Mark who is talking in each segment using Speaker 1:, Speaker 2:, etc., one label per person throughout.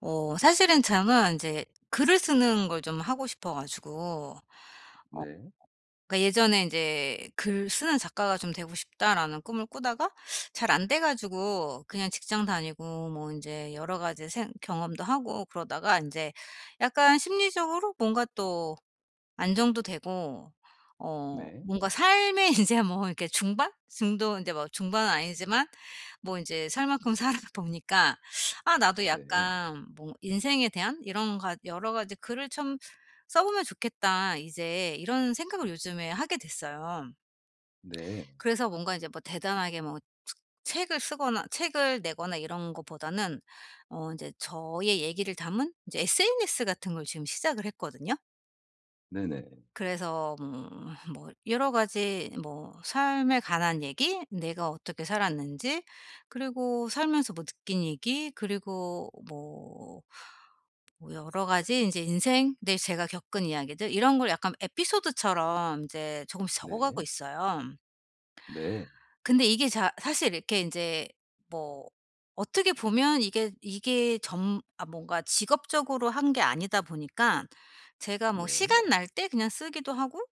Speaker 1: 사실은 저는 이제 글을 쓰는 걸 좀 하고 싶어 가지고, 어
Speaker 2: 네.
Speaker 1: 그러니까 예전에 이제 '글 쓰는 작가가 좀 되고 싶다.'라는 꿈을 꾸다가 잘 안 돼 가지고 그냥 직장 다니고 뭐 이제 여러 가지 생 경험도 하고, 그러다가 이제 약간 심리적으로 뭔가 또 안정도 되고,
Speaker 2: 네.
Speaker 1: 뭔가 삶의 인제 뭐 이렇게 중반? 중도 인제 뭐 중반은 아니지만 뭐 인제 살 만큼 살아 보니까, 아 나도
Speaker 2: 네.
Speaker 1: 약간 뭐 인생에 대한 이런 가 여러 가지 글을 참 써 보면 좋겠다, 이제 이런 생각을 요즘에 하게 됐어요.
Speaker 2: 네.
Speaker 1: 그래서 뭔가 이제 뭐 대단하게 뭐 츠 책을 쓰거나 책을 내거나 이런 것보다는 인제 저의 얘기를 담은 이제 SNS 같은 걸 지금 시작을 했거든요.
Speaker 2: 네 네.
Speaker 1: 그래서 뭐뭐 여러 가지 뭐 삶에 관한 얘기, 내가 어떻게 살았는지, 그리고 살면서 뭐 느낀 얘기, 그리고 뭐 여러 가지 인제 인생 내 제가 겪은 이야기들 이런 걸 약간 에피소드처럼 이제 조금씩 적어 가고
Speaker 2: 네.
Speaker 1: 있어요.
Speaker 2: 네. 네.
Speaker 1: 근데 이게 자 사실 이렇게 이제 뭐, 어떻게 보면 이게 점 아 뭔가 직업적으로 한 게 아니다 보니까 제가 뭐
Speaker 2: 네.
Speaker 1: 시간 날 때 그냥 쓰기도 하고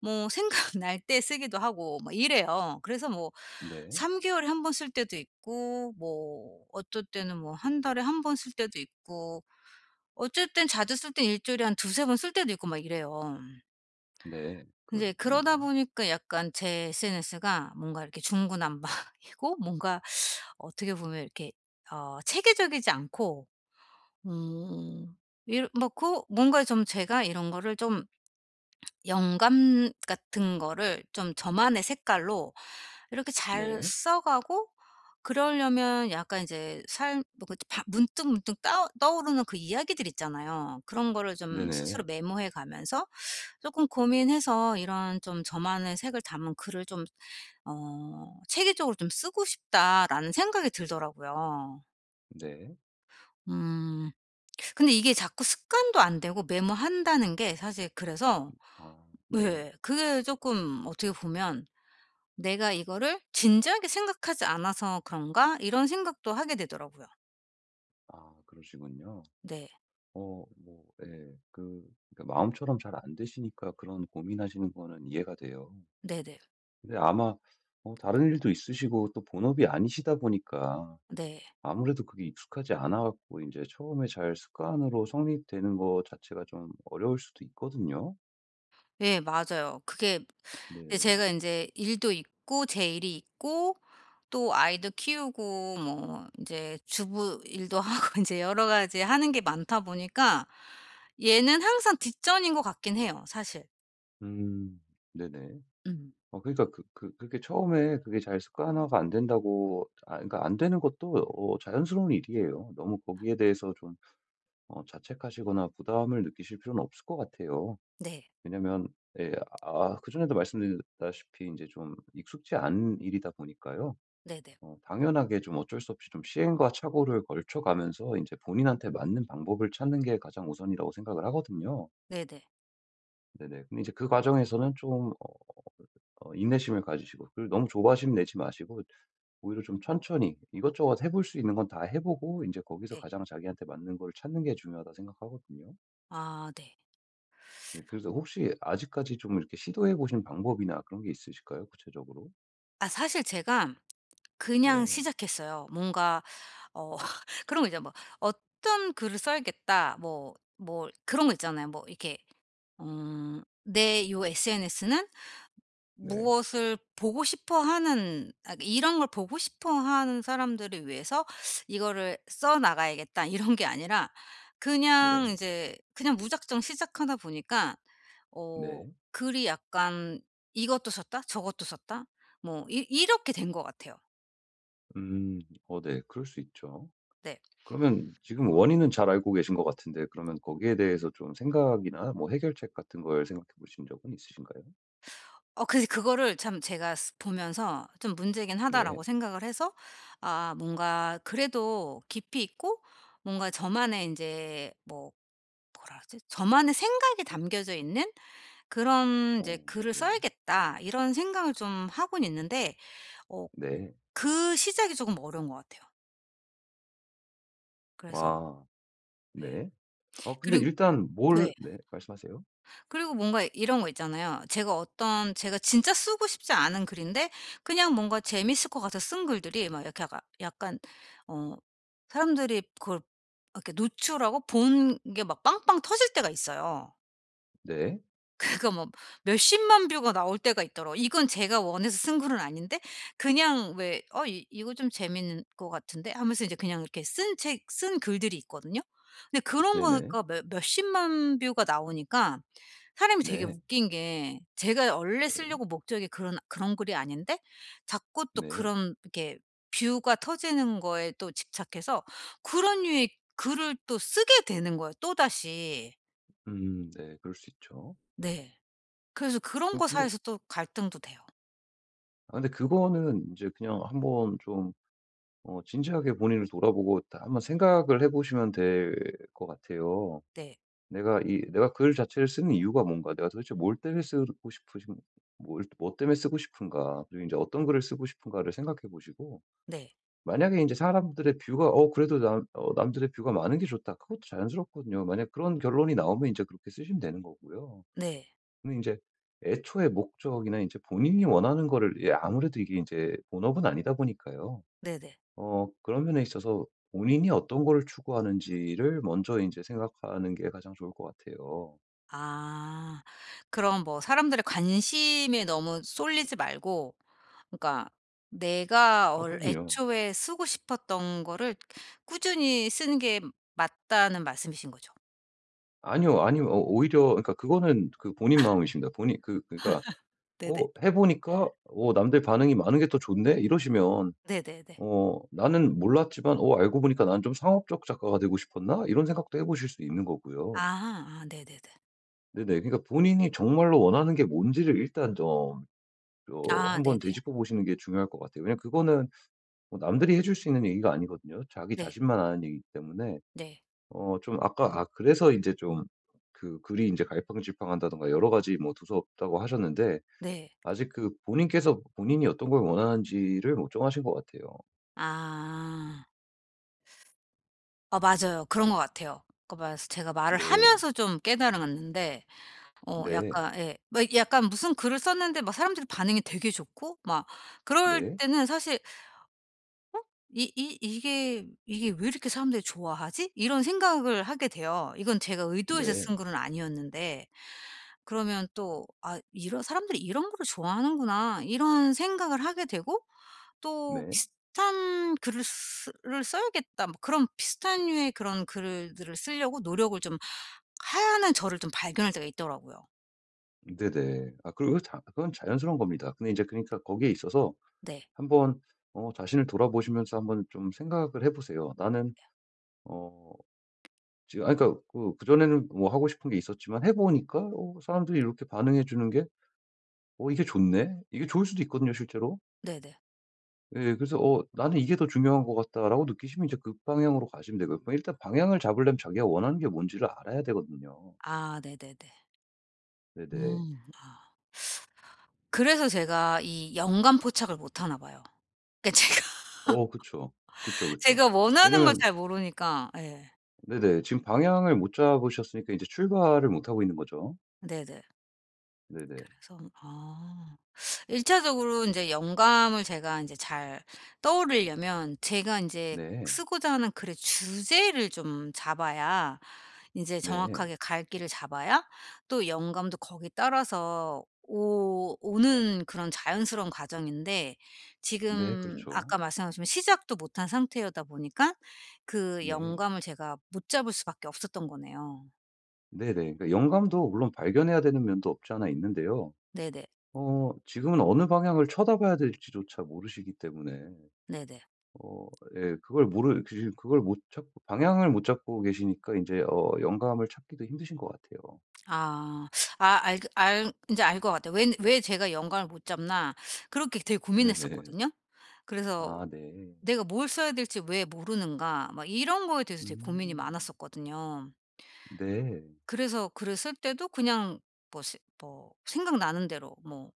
Speaker 1: 뭐 생각 날 때 쓰기도 하고 뭐 이래요. 그래서 뭐
Speaker 2: 네.
Speaker 1: 3개월 개월에 한 번 쓸 때도 있고 뭐 어떨 때는 뭐 한 달에 한 번 쓸 때도 있고 어쩔 때는 자주 쓸 땐 일 주일에 한 두세 번 쓸 때도 있고 막 이래요.
Speaker 2: 네,
Speaker 1: 이제 그러다
Speaker 2: 그러셨군요.
Speaker 1: 보니까 약간 제 SNS가 뭔가 이렇게 중구난방이고 뭔가, 어떻게 보면 이렇게 체계적이지 않고, 음 이런 뭐 그 뭔가 좀 제가 이런 거를 좀 영감 같은 거를 좀 저만의 색깔로 이렇게 잘
Speaker 2: 네.
Speaker 1: 써 가고, 그러려면 약간 이제 삶 뭐 그 바 문득문득 떠오르는 그 이야기들 있잖아요. 그런 거를 좀
Speaker 2: 네네.
Speaker 1: 스스로
Speaker 2: 네.
Speaker 1: 메모해 가면서 조금 고민해서 이런 좀 저만의 색을 담은 글을 좀 '체계적으로 좀 쓰고 싶다.'라는 생각이 들더라고요.
Speaker 2: 네,
Speaker 1: 음. 근데 이게 자꾸 습관도 안 되고 메모한다는 게 사실, 그래서
Speaker 2: 아 네.
Speaker 1: 예, 그게 조금 어떻게 보면 '내가 이거를 진지하게 생각하지 않아서 그런가?' 이런 생각도 하게 되더라고요.
Speaker 2: 아 그러시군요.
Speaker 1: 네.
Speaker 2: 예. 그러니까 마음처럼 잘 안 되시니까 그런 고민하시는 거는 이해가 돼요.
Speaker 1: 네네.
Speaker 2: 근데 아마 다른 일도 있으시고 또 본업이 아니시다 보니까
Speaker 1: 네.
Speaker 2: 아무래도 그게 익숙하지 않아 갖고 이제 처음에 잘 습관으로 성립되는 거 자체가 좀 어려울 수도 있거든요.
Speaker 1: 예, 맞아요. 그게, 네,
Speaker 2: 네.
Speaker 1: 제가 이제 일도 있고 제 일이 있고, 또 아이도 키우고 뭐 이제 주부 일도 하고 이제 여러 가지 하는 게 많다 보니까 얘는 항상 뒷전인 것 같긴 해요 사실.
Speaker 2: 음. 네네.
Speaker 1: 음.
Speaker 2: 그렇게 처음에 그게 잘 습관화가 안 된다고 그러니까 안 되는 것도 자연스러운 일이에요. 너무 거기에 대해서 좀 자책하시거나 부담을 느끼실 필요는 없을 것 같아요.
Speaker 1: 네.
Speaker 2: 왜냐면 예 아 그전에도 말씀드렸다시피 이제 좀 익숙지 않은 일이다 보니까요.
Speaker 1: 네 네.
Speaker 2: 당연하게 좀 어쩔 수 없이 좀 시행과 착오를 걸쳐 가면서 이제 본인한테 맞는 방법을 찾는 게 가장 우선이라고 생각을 하거든요.
Speaker 1: 네네. 네.
Speaker 2: 네네. 근데 이제 그 과정에서는 좀 인내심을 가지시고 그리고 너무 조바심 내지 마시고 오히려 좀 천천히 이것저것 해볼 수 있는 건 다 해 보고 이제 거기서
Speaker 1: 네, 네.
Speaker 2: 가장 자기한테 맞는 걸 찾는 게 중요하다 생각하거든요.
Speaker 1: 아 네.
Speaker 2: 네 그래서 혹시 아직까지 좀 이렇게 시도해 보신 방법이나 그런 게 있으실까요? 구체적으로?
Speaker 1: 아, 사실 제가 그냥
Speaker 2: 네.
Speaker 1: 시작했어요. 뭔가 어 그런 거 있잖아요. 뭐 '어떤 글을 써야겠다.' 뭐 그런 거 있잖아요. 뭐 이렇게, '내 요 SNS는
Speaker 2: 네.
Speaker 1: 무엇을 보고 싶어 하는, 아 이런 걸 보고 싶어 하는 사람들을 위해서 이거를 써 나가야겠다.' 이런 게 아니라 그냥
Speaker 2: 네.
Speaker 1: 이제 그냥 무작정 시작하다 보니까 어
Speaker 2: 네.
Speaker 1: 글이 약간 이것도 썼다 저것도 썼다 뭐 이 이렇게 된 것 같아요.
Speaker 2: 음. 어 네. 그럴 수 있죠.
Speaker 1: 네.
Speaker 2: 그러면 지금 원인은 잘 알고 계신 것 같은데 그러면 거기에 대해서 좀 생각이나 뭐 해결책 같은 걸 생각해 보신 적은 있으신가요?
Speaker 1: 어근 그거를 참 제가 쓰 보면서 '좀 문제긴
Speaker 2: 네.
Speaker 1: 하다.'라고 생각을 해서, 아 뭔가 그래도 깊이 있고 뭔가 저만의 이제뭐 뭐라 그러지? 저만의 생각이 담겨져 있는 그런 이제
Speaker 2: 어
Speaker 1: '글을
Speaker 2: 네.
Speaker 1: 써야겠다.' 이런 생각을 좀 하고는 있는데 어
Speaker 2: 네.
Speaker 1: 그 시작이 조금 어려운 것 같아요. 그래서
Speaker 2: 와
Speaker 1: 네.
Speaker 2: 네. 어 근데
Speaker 1: 그리고
Speaker 2: 일단 뭘
Speaker 1: 네.
Speaker 2: 네 말씀하세요.
Speaker 1: 그리고 뭔가 이런 거 있잖아요. 제가 어떤 제가 진짜 쓰고 싶지 않은 글인데 그냥 뭔가 재밌을 것 같아서 쓴 글들이 막 이렇게 약간 어 사람들이 그걸 이렇게 노출하고 본 게 막 빵빵 터질 때가 있어요.
Speaker 2: 네.
Speaker 1: 그거 뭐 몇십만 뷰가 나올 때가 있더라고, 이건 제가 원해서 쓴 글은 아닌데 그냥 왜 '어 이 이거 좀 재밌는 것 같은데.' 하면서 이제 그냥 이렇게 쓴 책 쓴 글들이 있거든요. 근데 그런
Speaker 2: 네네.
Speaker 1: 거가 몇 몇십만 뷰가 나오니까 사람이 되게
Speaker 2: 네.
Speaker 1: 웃긴 게 제가 원래
Speaker 2: 네.
Speaker 1: 쓰려고 목적이 그런 글이 아닌데 자꾸 또
Speaker 2: 네.
Speaker 1: 그런 이렇게 뷰가 터지는 거에 또 집착해서 그런 류의 글을 또 쓰게 되는 거예요, 또다시.
Speaker 2: 네. 그럴 수 있죠.
Speaker 1: 네. 그래서 그런
Speaker 2: 그
Speaker 1: 거
Speaker 2: 근데
Speaker 1: 사이에서 또 갈등도 돼요.
Speaker 2: 근데 그거는 이제 그냥 한번 좀 진지하게 본인을 돌아보고 다 한번 생각을 해 보시면 될 것 같아요.
Speaker 1: 네.
Speaker 2: 내가 글 자체를 쓰는 이유가 뭔가? 내가 도대체 뭘 때문에 쓰고 싶으신 뭘 뭐 때문에 쓰고 싶은가? 그리고 이제 어떤 글을 쓰고 싶은가?'를 생각해 보시고
Speaker 1: 네.
Speaker 2: 만약에 이제 사람들의 뷰가 어 그래도 남 어 '남들의 뷰가 많은 게 좋다.' 그것도 자연스럽거든요. 만약 그런 결론이 나오면 이제 그렇게 쓰시면 되는 거고요.
Speaker 1: 네.
Speaker 2: 근데 이제 애초에 목적이나 이제 본인이 원하는 거를 예 아무래도 이게 이제 본업은 아니다 보니까요.
Speaker 1: 네네.
Speaker 2: 그런 면에 있어서 본인이 어떤 거를 추구하는지를 먼저 이제 생각하는 게 가장 좋을 것 같아요.
Speaker 1: 아. 그럼 뭐 사람들의 관심에 너무 쏠리지 말고, 그러니까 내가
Speaker 2: 아
Speaker 1: 얼
Speaker 2: 그럼요.
Speaker 1: 애초에 쓰고 싶었던 거를 꾸준히 쓰는 게 맞다는 말씀이신 거죠?
Speaker 2: 아니요, 아니요. 오히려 그러니까 그거는 본인 마음이십니다. 본인 그 그러니까
Speaker 1: 네네.
Speaker 2: 어 해 보니까 '어 남들 반응이 많은 게 더 좋네.' 이러시면
Speaker 1: 네네네.
Speaker 2: 나는 몰랐지만 '어 알고 보니까 나는 좀 상업적 작가가 되고 싶었나?' 이런 생각도 해 보실 수 있는
Speaker 1: 아.
Speaker 2: 거고요.
Speaker 1: 아 네네네.
Speaker 2: 네네. 그러니까 본인이 정말로 원하는 게 뭔지를 일단 좀
Speaker 1: 아 네네.
Speaker 2: 한번 되짚어 보시는 게 중요할 것 같아요. 왜냐면 그거는 뭐 남들이 해줄 수 있는 얘기가 아니거든요. 자기
Speaker 1: 네. 네.
Speaker 2: 자신만 아는 얘기이기 때문에
Speaker 1: 네.
Speaker 2: 어 좀 아까 아 그래서 이제 좀 글이 이제 갈팡질팡한다든가 여러 가지 뭐 두서없다고 하셨는데
Speaker 1: 네.
Speaker 2: 아직 그 본인께서 본인이 어떤 걸 원하는지를 못 정하신 것 같아요.
Speaker 1: 아. 맞아요. 그런 것 같아요. 그러니까 말스 제가 말을
Speaker 2: 네.
Speaker 1: 하면서 좀 깨달았는데
Speaker 2: 네.
Speaker 1: 약간, 예. 막 약간 무슨 글을 썼는데 막 사람들이 반응이 되게 좋고 막 그럴
Speaker 2: 네.
Speaker 1: 때는 사실 '이 이 이게 이게 왜 이렇게 사람들이 좋아하지?' 이런 생각을 하게 돼요. 이건 제가 의도해서
Speaker 2: 네.
Speaker 1: 쓴 글은 아니었는데, 그러면 또 '아 이런 사람들이 이런 거를 좋아하는구나.' 이런 생각을 하게 되고, 또
Speaker 2: 네.
Speaker 1: '비슷한 글을 쓰 를 써야겠다.' 뭐 그런 비슷한 류의 그런 글들을 쓰려고 노력을 좀 하는 저를 좀 발견할 때가 있더라고요.
Speaker 2: 네네. 아 그리고 그 자 그건 자연스러운 겁니다. 근데 이제 그러니까 거기에 있어서
Speaker 1: 네.
Speaker 2: 한번 자신을 돌아보시면서 한번 좀 생각을 해 보세요. '나는 어 지금' 그러니까 그 그전에는 뭐 하고 싶은 게 있었지만 해 보니까 어 사람들이 이렇게 반응해 주는 게 '어 이게 좋네.' 이게 좋을 수도 있거든요 실제로.
Speaker 1: 네네.
Speaker 2: 예. 그래서 '어 나는 이게 더 중요한 것 같다.'라고 느끼시면 이제 그 방향으로 가시면 되고요. 뭐 일단 방향을 잡으려면 자기가 원하는 게 뭔지를 알아야 되거든요.
Speaker 1: 아 네네네.
Speaker 2: 네네.
Speaker 1: 음. 아. 그래서 제가 이 연간 포착을 못 하나 봐요. 그러니까 제가
Speaker 2: 그쵸. 그쵸, 그쵸.
Speaker 1: 제가 원하는 걸
Speaker 2: 왜냐면
Speaker 1: 잘 모르니까 예.
Speaker 2: 네네. 지금 방향을 못 잡으셨으니까 이제 출발을 못 하고 있는 거죠.
Speaker 1: 네네.
Speaker 2: 네네.
Speaker 1: 그래서 1차적으로 인제 영감을 제가 인제 잘 떠오르려면 제가 인제
Speaker 2: 네.
Speaker 1: 쓰고자 하는 글의 주제를 좀 잡아야, 인제
Speaker 2: 네.
Speaker 1: 정확하게 갈 길을 잡아야 또 영감도 거기에 따라서 오 오는, 그런 자연스러운 과정인데
Speaker 2: 네.
Speaker 1: 지금
Speaker 2: 그렇죠.
Speaker 1: 아까 말씀하신 시작도 못한 상태여다 보니까 그
Speaker 2: 네.
Speaker 1: 영감을 제가 못 잡을 수밖에 없었던 거네요.
Speaker 2: 네네. 그러니까 영감도 물론 발견해야 되는 면도 없지 않아 있는데요.
Speaker 1: 네네.
Speaker 2: 지금은 어느 방향을 쳐다봐야 될지조차 모르시기 때문에
Speaker 1: 네네.
Speaker 2: 어 예 그걸 모르 그 지금 그걸 못 찾고 방향을 못 잡고 계시니까 이제 영감을 찾기도 힘드신 것 같아요.
Speaker 1: 아. 아 알 그 알이제 알 것 같아요. 왜 제가 영감을 못 잡나 그렇게 되게
Speaker 2: 네네.
Speaker 1: 고민했었거든요. 그래서
Speaker 2: 아 네.
Speaker 1: '내가 뭘 써야 될지 왜 모르는가.' 막 이런 거에 대해서 되게 고민이
Speaker 2: 음.
Speaker 1: 많았었거든요.
Speaker 2: 네.
Speaker 1: 그래서 글을 쓸 때도 그냥 뭐 세 뭐 생각나는 대로 뭐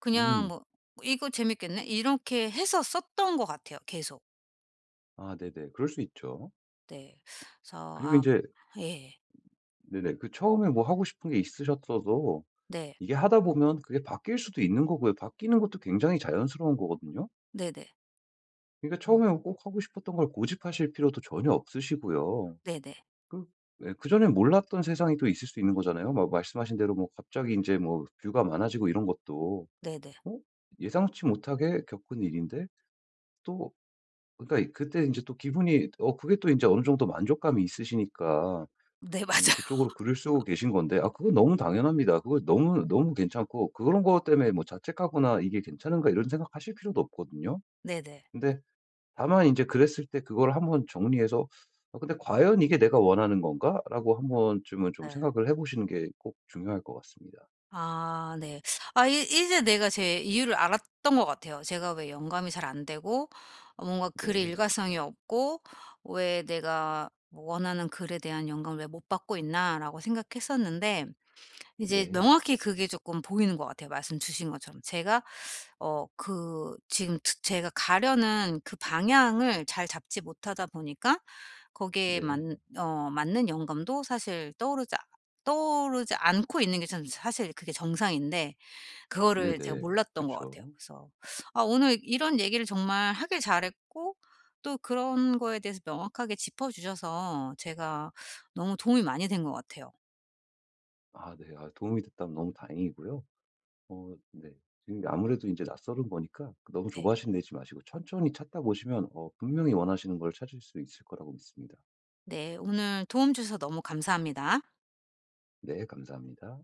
Speaker 1: 그냥
Speaker 2: 음.
Speaker 1: 뭐 '이거 재밌겠네.' 이렇게 해서 썼던 것 같아요, 계속.
Speaker 2: 아 네네. 그럴 수 있죠.
Speaker 1: 네. 그래서
Speaker 2: 그리고 이
Speaker 1: 아,
Speaker 2: 제
Speaker 1: 예.
Speaker 2: 네네. 처음에 뭐 하고 싶은 게 있으셨어도
Speaker 1: 네.
Speaker 2: 이게 하다 보면 그게 바뀔 수도 있는 거고요. 바뀌는 것도 굉장히 자연스러운 거거든요.
Speaker 1: 네네.
Speaker 2: 그러니까
Speaker 1: 음.
Speaker 2: 처음에 꼭 하고 싶었던 걸 고집하실 필요도 전혀 없으시고요.
Speaker 1: 네네.
Speaker 2: 그 예 그전엔 몰랐던 세상이 또 있을 수 있는 거잖아요. 막 말씀하신 대로 뭐 갑자기 이제 뭐 뷰가 많아지고 이런 것도
Speaker 1: 네네.
Speaker 2: 어 예상치 못하게 겪은 일인데 또 그러니까 그때 이제 또 기분이 그게 또 이제 어느 정도 만족감이 있으시니까
Speaker 1: 네, 맞아요.
Speaker 2: 그쪽으로 글을 쓰고 계신 건데 아 그건 너무 당연합니다. 그거 너무 너무 괜찮고 그런 거 때문에 뭐 자책하거나 '이게 괜찮은가?' 이런 생각하실 필요도 없거든요.
Speaker 1: 네네.
Speaker 2: 근데 다만 이제 그랬을 때 그걸 한번 정리해서 '아 근데 과연 이게 내가 원하는 건가?'라고 한번쯤은 좀
Speaker 1: 예.
Speaker 2: 생각을 해 보시는 게 꼭 중요할 것 같습니다.
Speaker 1: 아 네. 아 이 이제 내가 제 이유를 알았던 것 같아요. 제가 왜 영감이 잘 안 되고 뭔가 글의
Speaker 2: 네.
Speaker 1: 일관성이 없고, 왜 내가 뭐 원하는 글에 대한 영감을 왜 못 받고 있나라고 생각했었는데, 이제
Speaker 2: 네.
Speaker 1: 명확히 그게 조금 보이는 것 같아요 말씀 주신 것처럼. 제가 그 지금 드 제가 가려는 그 방향을 잘 잡지 못하다 보니까 거기에 맞
Speaker 2: 네.
Speaker 1: 어 맞는 영감도 사실 떠오르지 않고 있는 게 참 사실 그게 정상인데 그거를 제가
Speaker 2: 네네.
Speaker 1: 몰랐던 것 같아요.
Speaker 2: 그쵸.
Speaker 1: 그래서 아, 오늘 이런 얘기를 정말 하길 잘했고 또 그런 거에 대해서 명확하게 짚어 주셔서 제가 너무 도움이 많이 된 것 같아요.
Speaker 2: 아 네. 아 도움이 됐다면 너무 다행이고요. 어 네. 지금 아무래도 이제 낯설은 거니까 너무
Speaker 1: 네.
Speaker 2: 조바심 내지 마시고 천천히 찾다 보시면 분명히 원하시는 걸 찾을 수 있을 거라고 믿습니다.
Speaker 1: 네. 오늘 도움 주셔서 너무 감사합니다.
Speaker 2: 네 감사합니다.